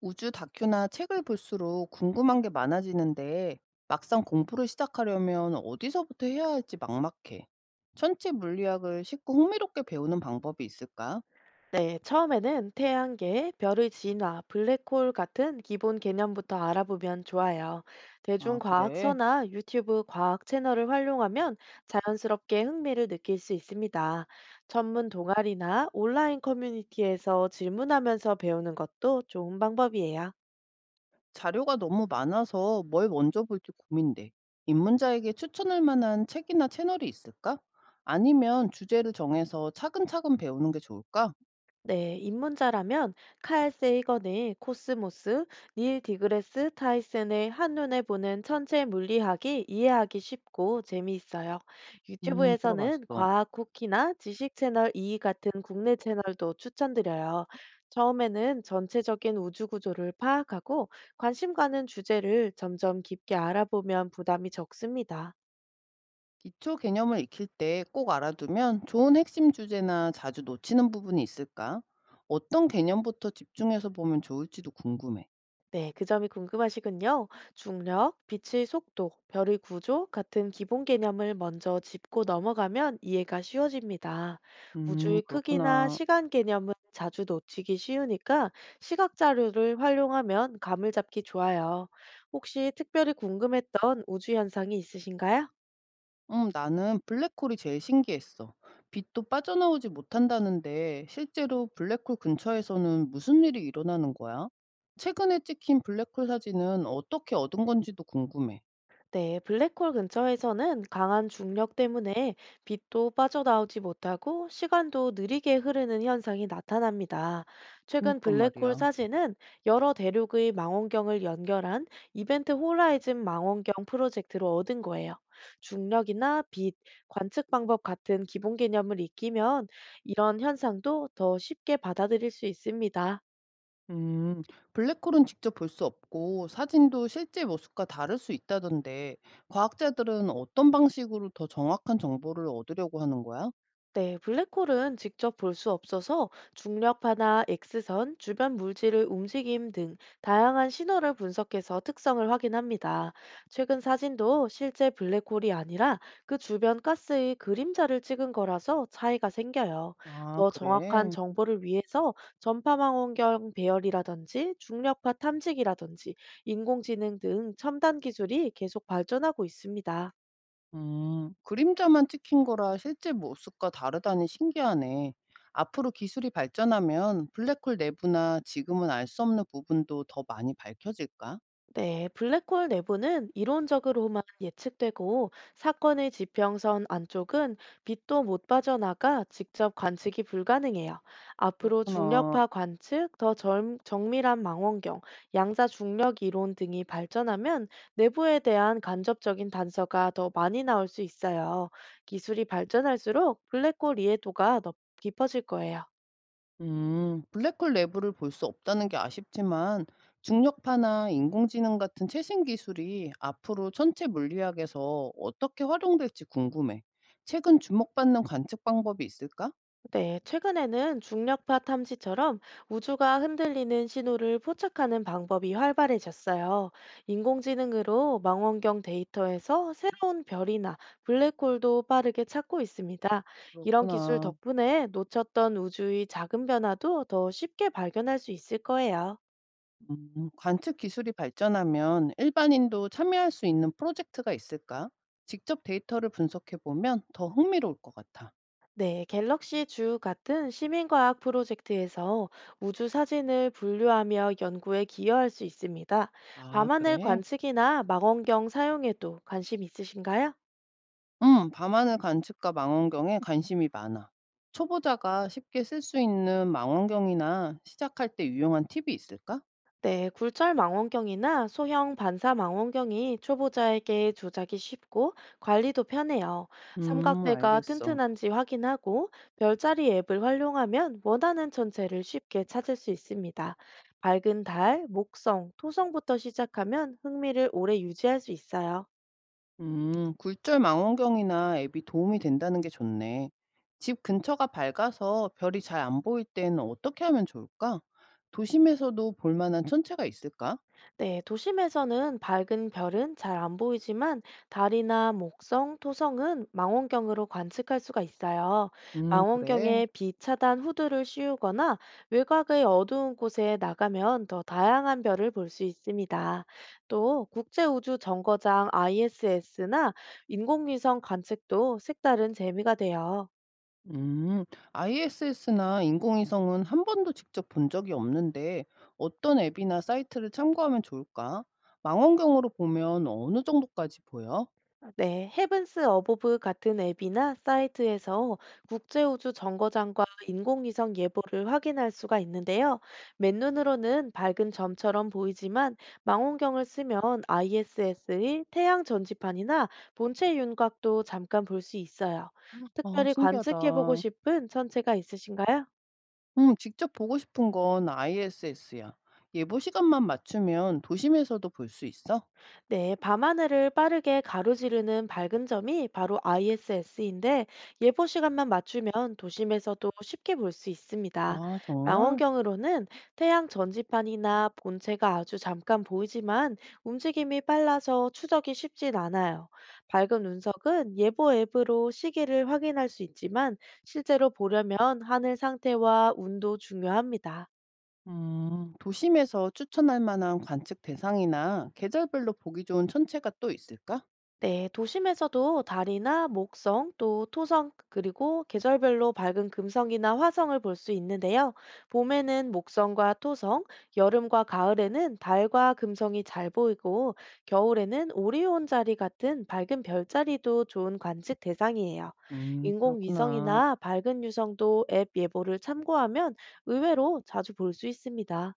우주 다큐나 책을 볼수록 궁금한 게 많아지는데 막상 공부를 시작하려면 어디서부터 해야 할지 막막해. 천체 물리학을 쉽고 흥미롭게 배우는 방법이 있을까? 네, 처음에는 태양계, 별의 진화, 블랙홀 같은 기본 개념부터 알아보면 좋아요. 아, 그래. 대중과학서나 유튜브 과학 채널을 활용하면 자연스럽게 흥미를 느낄 수 있습니다. 전문 동아리나 온라인 커뮤니티에서 질문하면서 배우는 것도 좋은 방법이에요. 자료가 너무 많아서 뭘 먼저 볼지 고민돼. 입문자에게 추천할 만한 책이나 채널이 있을까? 아니면 주제를 정해서 차근차근 배우는 게 좋을까? 네, 입문자라면 칼 세이건의 코스모스, 닐 디그레스 타이슨의 한눈에 보는 천체 물리학이 이해하기 쉽고 재미있어요. 유튜브에서는 들어봤어. 과학 쿠키나 지식 채널 2 같은 국내 채널도 추천드려요. 처음에는 전체적인 우주 구조를 파악하고 관심 가는 주제를 점점 깊게 알아보면 부담이 적습니다. 기초 개념을 익힐 때 꼭 알아두면 좋은 핵심 주제나 자주 놓치는 부분이 있을까? 어떤 개념부터 집중해서 보면 좋을지도 궁금해. 네, 그 점이 궁금하시군요. 중력, 빛의 속도, 별의 구조 같은 기본 개념을 먼저 짚고 넘어가면 이해가 쉬워집니다. 우주의 크기나 그렇구나. 시간 개념은 자주 놓치기 쉬우니까 시각 자료를 활용하면 감을 잡기 좋아요. 혹시 특별히 궁금했던 우주 현상이 있으신가요? 나는 블랙홀이 제일 신기했어. 빛도 빠져나오지 못한다는데 실제로 블랙홀 근처에서는 무슨 일이 일어나는 거야? 최근에 찍힌 블랙홀 사진은 어떻게 얻은 건지도 궁금해. 네, 블랙홀 근처에서는 강한 중력 때문에 빛도 빠져나오지 못하고 시간도 느리게 흐르는 현상이 나타납니다. 최근 그니까 블랙홀 말이야. 사진은 여러 대륙의 망원경을 연결한 이벤트 호라이즌 망원경 프로젝트로 얻은 거예요. 중력이나 빛, 관측 방법 같은 기본 개념을 익히면 이런 현상도 더 쉽게 받아들일 수 있습니다. 음, 블랙홀은 직접 볼 수 없고 사진도 실제 모습과 다를 수 있다던데 과학자들은 어떤 방식으로 더 정확한 정보를 얻으려고 하는 거야? 네, 블랙홀은 직접 볼 수 없어서 중력파나 X선, 주변 물질의 움직임 등 다양한 신호를 분석해서 특성을 확인합니다. 최근 사진도 실제 블랙홀이 아니라 그 주변 가스의 그림자를 찍은 거라서 차이가 생겨요. 아, 더 정확한 그래. 정보를 위해서 전파망원경 배열이라든지 중력파 탐지기라든지 인공지능 등 첨단 기술이 계속 발전하고 있습니다. 그림자만 찍힌 거라 실제 모습과 다르다니 신기하네. 앞으로 기술이 발전하면 블랙홀 내부나 지금은 알 수 없는 부분도 더 많이 밝혀질까? 네, 블랙홀 내부는 이론적으로만 예측되고 사건의 지평선 안쪽은 빛도 못 빠져나가 직접 관측이 불가능해요. 앞으로 그렇구나. 중력파 관측, 더 정밀한 망원경, 양자 중력 이론 등이 발전하면 내부에 대한 간접적인 단서가 더 많이 나올 수 있어요. 기술이 발전할수록 블랙홀 이해도가 더 깊어질 거예요. 블랙홀 내부를 볼 수 없다는 게 아쉽지만 중력파나 인공지능 같은 최신 기술이 앞으로 천체 물리학에서 어떻게 활용될지 궁금해. 최근 주목받는 관측 방법이 있을까? 네, 최근에는 중력파 탐지처럼 우주가 흔들리는 신호를 포착하는 방법이 활발해졌어요. 인공지능으로 망원경 데이터에서 새로운 별이나 블랙홀도 빠르게 찾고 있습니다. 이런 기술 그렇구나. 덕분에 놓쳤던 우주의 작은 변화도 더 쉽게 발견할 수 있을 거예요. 관측 기술이 발전하면 일반인도 참여할 수 있는 프로젝트가 있을까? 직접 데이터를 분석해 보면 더 흥미로울 것 같아. 네, 갤럭시 주 같은 시민과학 프로젝트에서 우주 사진을 분류하며 연구에 기여할 수 있습니다. 아, 밤하늘 그래? 관측이나 망원경 사용에도 관심 있으신가요? 밤하늘 관측과 망원경에 관심이 많아. 초보자가 쉽게 쓸 수 있는 망원경이나 시작할 때 유용한 팁이 있을까? 네, 굴절 망원경이나 소형 반사 망원경이 초보자에게 조작이 쉽고 관리도 편해요. 삼각대가 알겠어. 튼튼한지 확인하고 별자리 앱을 활용하면 원하는 천체를 쉽게 찾을 수 있습니다. 밝은 달, 목성, 토성부터 시작하면 흥미를 오래 유지할 수 있어요. 굴절 망원경이나 앱이 도움이 된다는 게 좋네. 집 근처가 밝아서 별이 잘 안 보일 때는 어떻게 하면 좋을까? 도심에서도 볼 만한 천체가 있을까? 네, 도심에서는 밝은 별은 잘 안 보이지만 달이나 목성, 토성은 망원경으로 관측할 수가 있어요. 그래. 망원경에 비차단 후드를 씌우거나 외곽의 어두운 곳에 나가면 더 다양한 별을 볼 수 있습니다. 또 국제우주정거장 ISS나 인공위성 관측도 색다른 재미가 돼요. 음, ISS나 인공위성은 한 번도 직접 본 적이 없는데 어떤 앱이나 사이트를 참고하면 좋을까? 망원경으로 보면 어느 정도까지 보여? 네, 헤븐스 어보브 같은 앱이나 사이트에서 국제우주 정거장과 인공위성 예보를 확인할 수가 있는데요. 맨눈으로는 밝은 점처럼 보이지만 망원경을 쓰면 ISS의 태양 전지판이나 본체 윤곽도 잠깐 볼 수 있어요. 아, 특별히 관측해보고 신기하다. 싶은 천체가 있으신가요? 직접 보고 싶은 건 ISS야. 예보 시간만 맞추면 도심에서도 볼 수 있어? 네, 밤하늘을 빠르게 가로지르는 밝은 점이 바로 ISS인데 예보 시간만 맞추면 도심에서도 쉽게 볼 수 있습니다. 아, 정말? 망원경으로는 태양 전지판이나 본체가 아주 잠깐 보이지만 움직임이 빨라서 추적이 쉽진 않아요. 밝은 운석은 예보 앱으로 시기를 확인할 수 있지만 실제로 보려면 하늘 상태와 운도 중요합니다. 도심에서 추천할 만한 관측 대상이나 계절별로 보기 좋은 천체가 또 있을까? 네, 도심에서도 달이나 목성, 또 토성, 그리고 계절별로 밝은 금성이나 화성을 볼 수 있는데요. 봄에는 목성과 토성, 여름과 가을에는 달과 금성이 잘 보이고, 겨울에는 오리온 자리 같은 밝은 별자리도 좋은 관측 대상이에요. 그렇구나. 인공위성이나 밝은 유성도 앱 예보를 참고하면 의외로 자주 볼 수 있습니다.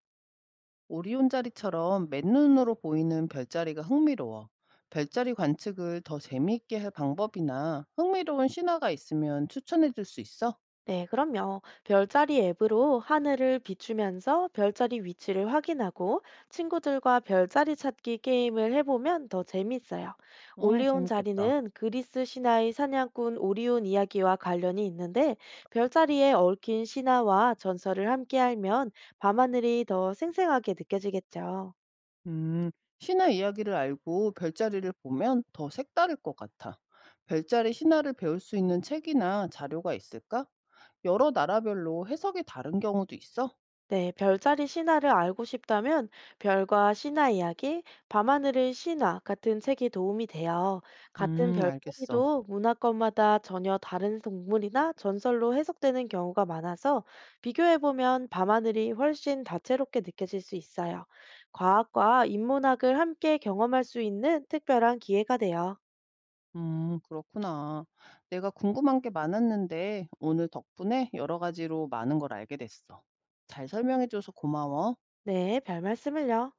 오리온자리처럼 맨눈으로 보이는 별자리가 흥미로워. 별자리 관측을 더 재미있게 할 방법이나 흥미로운 신화가 있으면 추천해 줄 수 있어? 네, 그럼요. 별자리 앱으로 하늘을 비추면서 별자리 위치를 확인하고 친구들과 별자리 찾기 게임을 해보면 더 재밌어요. 어, 올리온 재밌겠다. 자리는 그리스 신화의 사냥꾼 오리온 이야기와 관련이 있는데 별자리에 얽힌 신화와 전설을 함께 알면 밤하늘이 더 생생하게 느껴지겠죠. 음, 신화 이야기를 알고 별자리를 보면 더 색다를 것 같아. 별자리 신화를 배울 수 있는 책이나 자료가 있을까? 여러 나라별로 해석이 다른 경우도 있어? 네, 별자리 신화를 알고 싶다면 별과 신화 이야기, 밤하늘의 신화 같은 책이 도움이 돼요. 같은 알겠어. 별자리도 문화권마다 전혀 다른 동물이나 전설로 해석되는 경우가 많아서 비교해보면 밤하늘이 훨씬 다채롭게 느껴질 수 있어요. 과학과 인문학을 함께 경험할 수 있는 특별한 기회가 돼요. 그렇구나. 내가 궁금한 게 많았는데 오늘 덕분에 여러 가지로 많은 걸 알게 됐어. 잘 설명해줘서 고마워. 네, 별 말씀을요.